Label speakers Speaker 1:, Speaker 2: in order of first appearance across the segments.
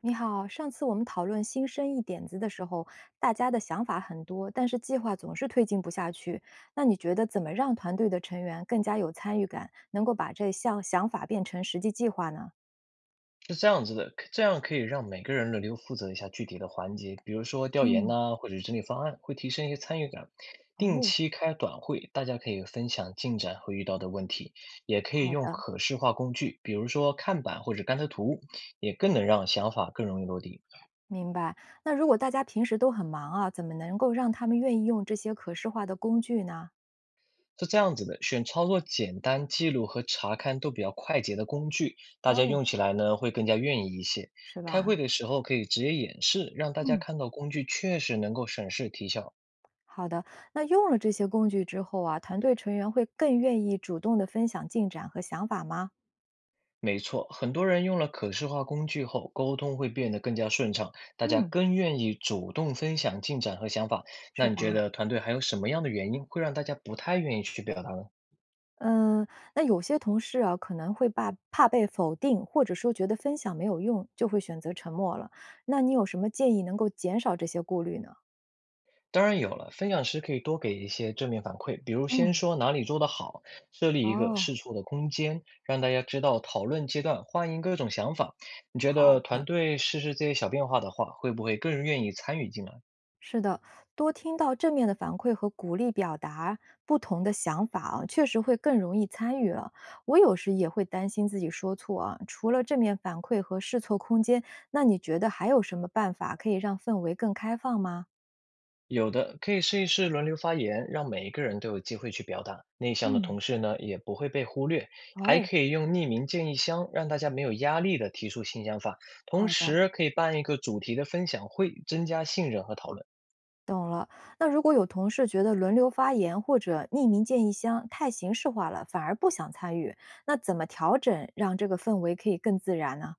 Speaker 1: 你好，上次我们讨论新生意点子的时候，大家的想法很多，但是计划总是推进不下去。那你觉得怎么让团队的成员更加有参与感，能够把这项想法变成实际计划呢？
Speaker 2: 是这样子的，可这样可以让每个人轮流负责一下具体的环节，比如说调研
Speaker 1: 嗯，
Speaker 2: 呐、或者是整理方案，会提升一些参与感。定
Speaker 1: 哦，
Speaker 2: 期开短会，大家可以分享进展和遇到的问题，也可以
Speaker 1: 好
Speaker 2: 用
Speaker 1: 的，
Speaker 2: 可视化工具，比如说看板或者甘特图，也更能让想法更容易落地。
Speaker 1: 明白。那如果大家平时都很忙啊，怎么能够让他们愿意用这些可视化的工具呢？
Speaker 2: 是这样子的，选操作简单、记录和查看都比较快捷的工具，大家
Speaker 1: 哦，
Speaker 2: 用起来呢会更加愿意一些。
Speaker 1: 是
Speaker 2: 开
Speaker 1: 吧？
Speaker 2: 会的时候可以直接演示，让大家
Speaker 1: 嗯，
Speaker 2: 看到工具确实能够省事提效。
Speaker 1: 好的。那用了这些工具之后啊，团队成员会更愿意主动的分享进展和想法吗？
Speaker 2: 没错，很多人用了可视化工具后，沟通会变得更加顺畅，大家
Speaker 1: 嗯，
Speaker 2: 更愿意主动分享进展和想法。
Speaker 1: 是
Speaker 2: 那你觉
Speaker 1: 吧？
Speaker 2: 得团队还有什么样的原因会让大家不太愿意去表达呢？
Speaker 1: 嗯，那有些同事啊，可能会怕被否定，或者说觉得分享没有用，就会选择沉默了。那你有什么建议能够减少这些顾虑呢？
Speaker 2: 当然有了，分享时可以多给一些正面反馈，比如先
Speaker 1: 嗯，
Speaker 2: 说哪里做得好，设立一个
Speaker 1: 哦，
Speaker 2: 试错的空间，让大家知道讨论阶段欢迎各种想法。你觉
Speaker 1: 好
Speaker 2: 得团
Speaker 1: 的，
Speaker 2: 队试试这些小变化的话，会不会更愿意参与进来？
Speaker 1: 是的，多听到正面的反馈和鼓励表达不同的想法啊，确实会更容易参与了。我有时也会担心自己说错啊。除了正面反馈和试错空间，那你觉得还有什么办法可以让氛围更开放吗？
Speaker 2: 有的可以试一试轮流发言，让每一个人都有机会去表达。内向的
Speaker 1: 嗯，
Speaker 2: 同事呢，也不会被忽略。还
Speaker 1: 哦，
Speaker 2: 可以用匿名建议箱，让大家没有压力的提出新想法。同
Speaker 1: 好的。
Speaker 2: 时，可以办一个主题的分享会，增加信任和讨论。
Speaker 1: 懂了。那如果有同事觉得轮流发言或者匿名建议箱太形式化了，反而不想参与，那怎么调整让这个氛围可以更自然呢？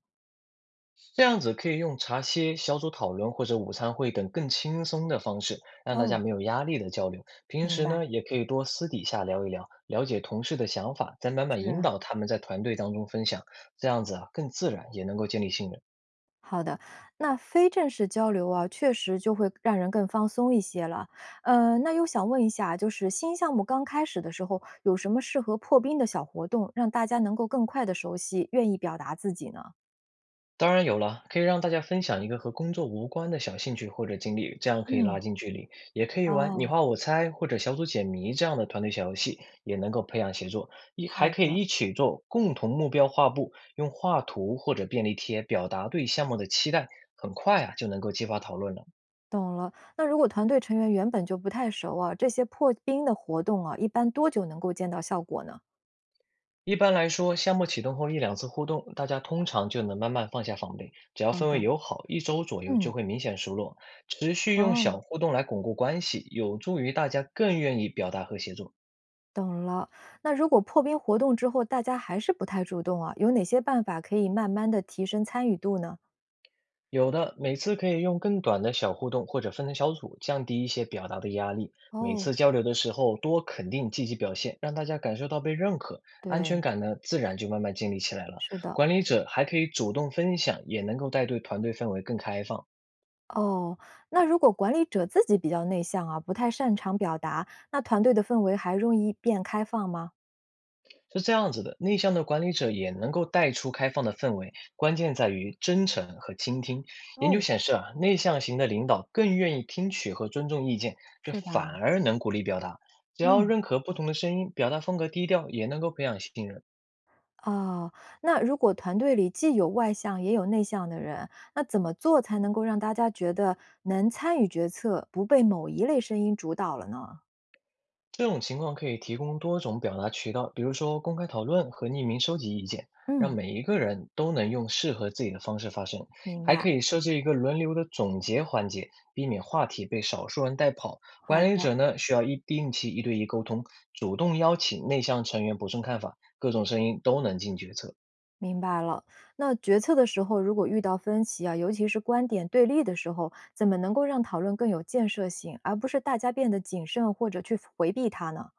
Speaker 2: 这样子可以用茶歇、小组讨论或者午餐会等更轻松的方式，让大家
Speaker 1: 哦，
Speaker 2: 没有压力的交流。平
Speaker 1: 明
Speaker 2: 时
Speaker 1: 白，
Speaker 2: 呢，也可以多私底下聊一聊，了解同事的想法，再慢慢引
Speaker 1: 是
Speaker 2: 导他们在团队当中分享。这样子啊，更自然，也能够建立信任。
Speaker 1: 好的。那非正式交流啊，确实就会让人更放松一些了。那又想问一下，就是新项目刚开始的时候，有什么适合破冰的小活动，让大家能够更快的熟悉，愿意表达自己呢？
Speaker 2: 当然有了，可以让大家分享一个和工作无关的小兴趣或者经历，这样可以拉
Speaker 1: 嗯，
Speaker 2: 近距离。也可以玩你
Speaker 1: 哦，
Speaker 2: 画我猜或者小组解谜这样的团队小游戏，也能够培养协作。一还
Speaker 1: 好
Speaker 2: 可以
Speaker 1: 的。
Speaker 2: 一起做共同目标画布，用画图或者便利贴表达对项目的期待，很快啊就能够激发讨论了。
Speaker 1: 懂了。那如果团队成员原本就不太熟啊，这些破冰的活动啊，一般多久能够见到效果呢？
Speaker 2: 一般来说，项目启动后一两次互动，大家通常就能慢慢放下防备。只要
Speaker 1: 好
Speaker 2: 氛
Speaker 1: 的，
Speaker 2: 围友好，一周左右
Speaker 1: 嗯，
Speaker 2: 就会明显熟络。持续用
Speaker 1: 哦，
Speaker 2: 小互动来巩固关系，有助于大家更愿意表达和协作。
Speaker 1: 懂了。那如果破冰活动之后大家还是不太主动啊，有哪些办法可以慢慢的提升参与度呢？
Speaker 2: 有的，每次可以用更短的小互动或者分成小组，降低一些表达的压力。每
Speaker 1: 哦，
Speaker 2: 次交流的时候多肯定积极表现，让大家感受到被认可，安全
Speaker 1: 对，
Speaker 2: 感呢自然就慢慢建立起来了。
Speaker 1: 是的。
Speaker 2: 管理者还可以主动分享，也能够带队团队氛围更开放。
Speaker 1: 哦，那如果管理者自己比较内向啊，不太擅长表达，那团队的氛围还容易变开放吗？
Speaker 2: 是这样子的，内向的管理者也能够带出开放的氛围，关键在于真诚和倾听。研究
Speaker 1: 哦。
Speaker 2: 显示啊，内向型的领导更愿意听取和尊重意见，这
Speaker 1: 是
Speaker 2: 反
Speaker 1: 吧？
Speaker 2: 而能鼓励表达。只要
Speaker 1: 嗯。
Speaker 2: 认可不同的声音，表达风格低调，也能够培养信任。
Speaker 1: 哦，那如果团队里既有外向也有内向的人，那怎么做才能够让大家觉得能参与决策，不被某一类声音主导了呢？
Speaker 2: 这种情况可以提供多种表达渠道，比如说公开讨论和匿名收集意见，让
Speaker 1: 嗯，
Speaker 2: 每一个人都能用适合自己的方式发声。
Speaker 1: 明
Speaker 2: 还
Speaker 1: 白，
Speaker 2: 可以设置一个轮流的总结环节，避免话题被少数人带跑。
Speaker 1: 好的，
Speaker 2: 管理者呢，需要一定期一对一沟通，主动邀请内向成员补充看法，各种声音都能进决策。
Speaker 1: 明白了。那决策的时候，如果遇到分歧啊，尤其是观点对立的时候，怎么能够让讨论更有建设性，而不是大家变得谨慎或者去回避它呢？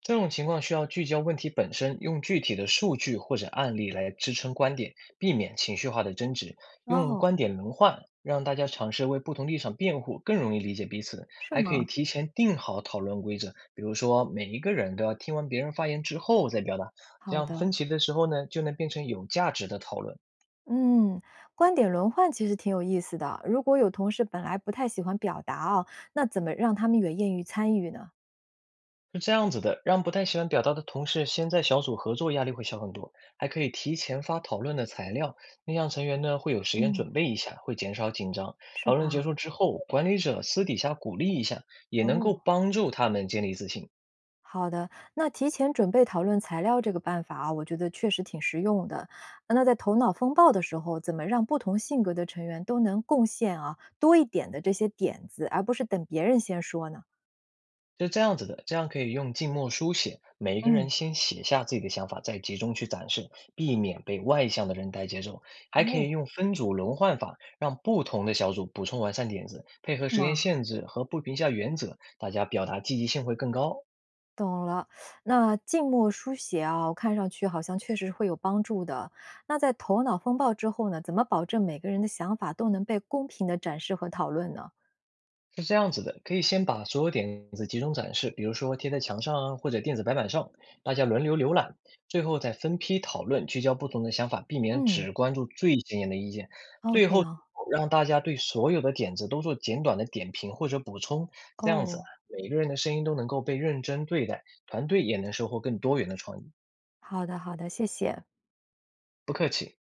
Speaker 2: 这种情况需要聚焦问题本身，用具体的数据或者案例来支撑观点，避免情绪化的争执，用
Speaker 1: 哦，
Speaker 2: 观点轮换，让大家尝试为不同立场辩护，更容易理解彼此。
Speaker 1: 是
Speaker 2: 还可
Speaker 1: 吗？
Speaker 2: 以提前定好讨论规则，比如说每一个人都要听完别人发言之后再表达，这
Speaker 1: 好
Speaker 2: 样
Speaker 1: 的。
Speaker 2: 分歧的时候呢，就能变成有价值的讨论。
Speaker 1: 嗯，观点轮换其实挺有意思的。如果有同事本来不太喜欢表达哦，那怎么让他们也愿意参与呢？
Speaker 2: 是这样子的，让不太喜欢表达的同事先在小组合作，压力会小很多，还可以提前发讨论的材料，那样成员呢会有时间
Speaker 1: 嗯，
Speaker 2: 准备一下，会减少紧张。
Speaker 1: 是
Speaker 2: 讨论
Speaker 1: 吧？
Speaker 2: 结束之后，管理者私底下鼓励一下，也能够
Speaker 1: 哦，
Speaker 2: 帮助他们建立自信。
Speaker 1: 好的，那提前准备讨论材料这个办法啊，我觉得确实挺实用的。那在头脑风暴的时候，怎么让不同性格的成员都能贡献啊多一点的这些点子，而不是等别人先说呢？
Speaker 2: 就这样子的，这样可以用静默书写，每一个
Speaker 1: 嗯，
Speaker 2: 人先写下自己的想法，再集中去展示，避免被外向的人带节奏。还可
Speaker 1: 哦，
Speaker 2: 以用分组轮换法，让不同的小组补充完善点子，配合
Speaker 1: 是
Speaker 2: 时间
Speaker 1: 吗？
Speaker 2: 限制和不评价原则，大家表达积极性会更高。
Speaker 1: 懂了，那静默书写啊，看上去好像确实会有帮助的。那在头脑风暴之后呢，怎么保证每个人的想法都能被公平的展示和讨论呢？
Speaker 2: 是这样子的，可以先把所有点子集中展示，比如说贴在墙上啊，或者电子白板上，大家轮流浏览，最后再分批讨论，聚焦不同的想法，避免
Speaker 1: 嗯，
Speaker 2: 只关注最显眼的意见。
Speaker 1: 哦，
Speaker 2: 最
Speaker 1: 对
Speaker 2: 后
Speaker 1: 啊，
Speaker 2: 让大家对所有的点子都做简短的点评或者补充，这样子啊
Speaker 1: 哦，
Speaker 2: 每个人的声音都能够被认真对待，团队也能收获更多元的创意。
Speaker 1: 好的，好的，谢谢。
Speaker 2: 不客气。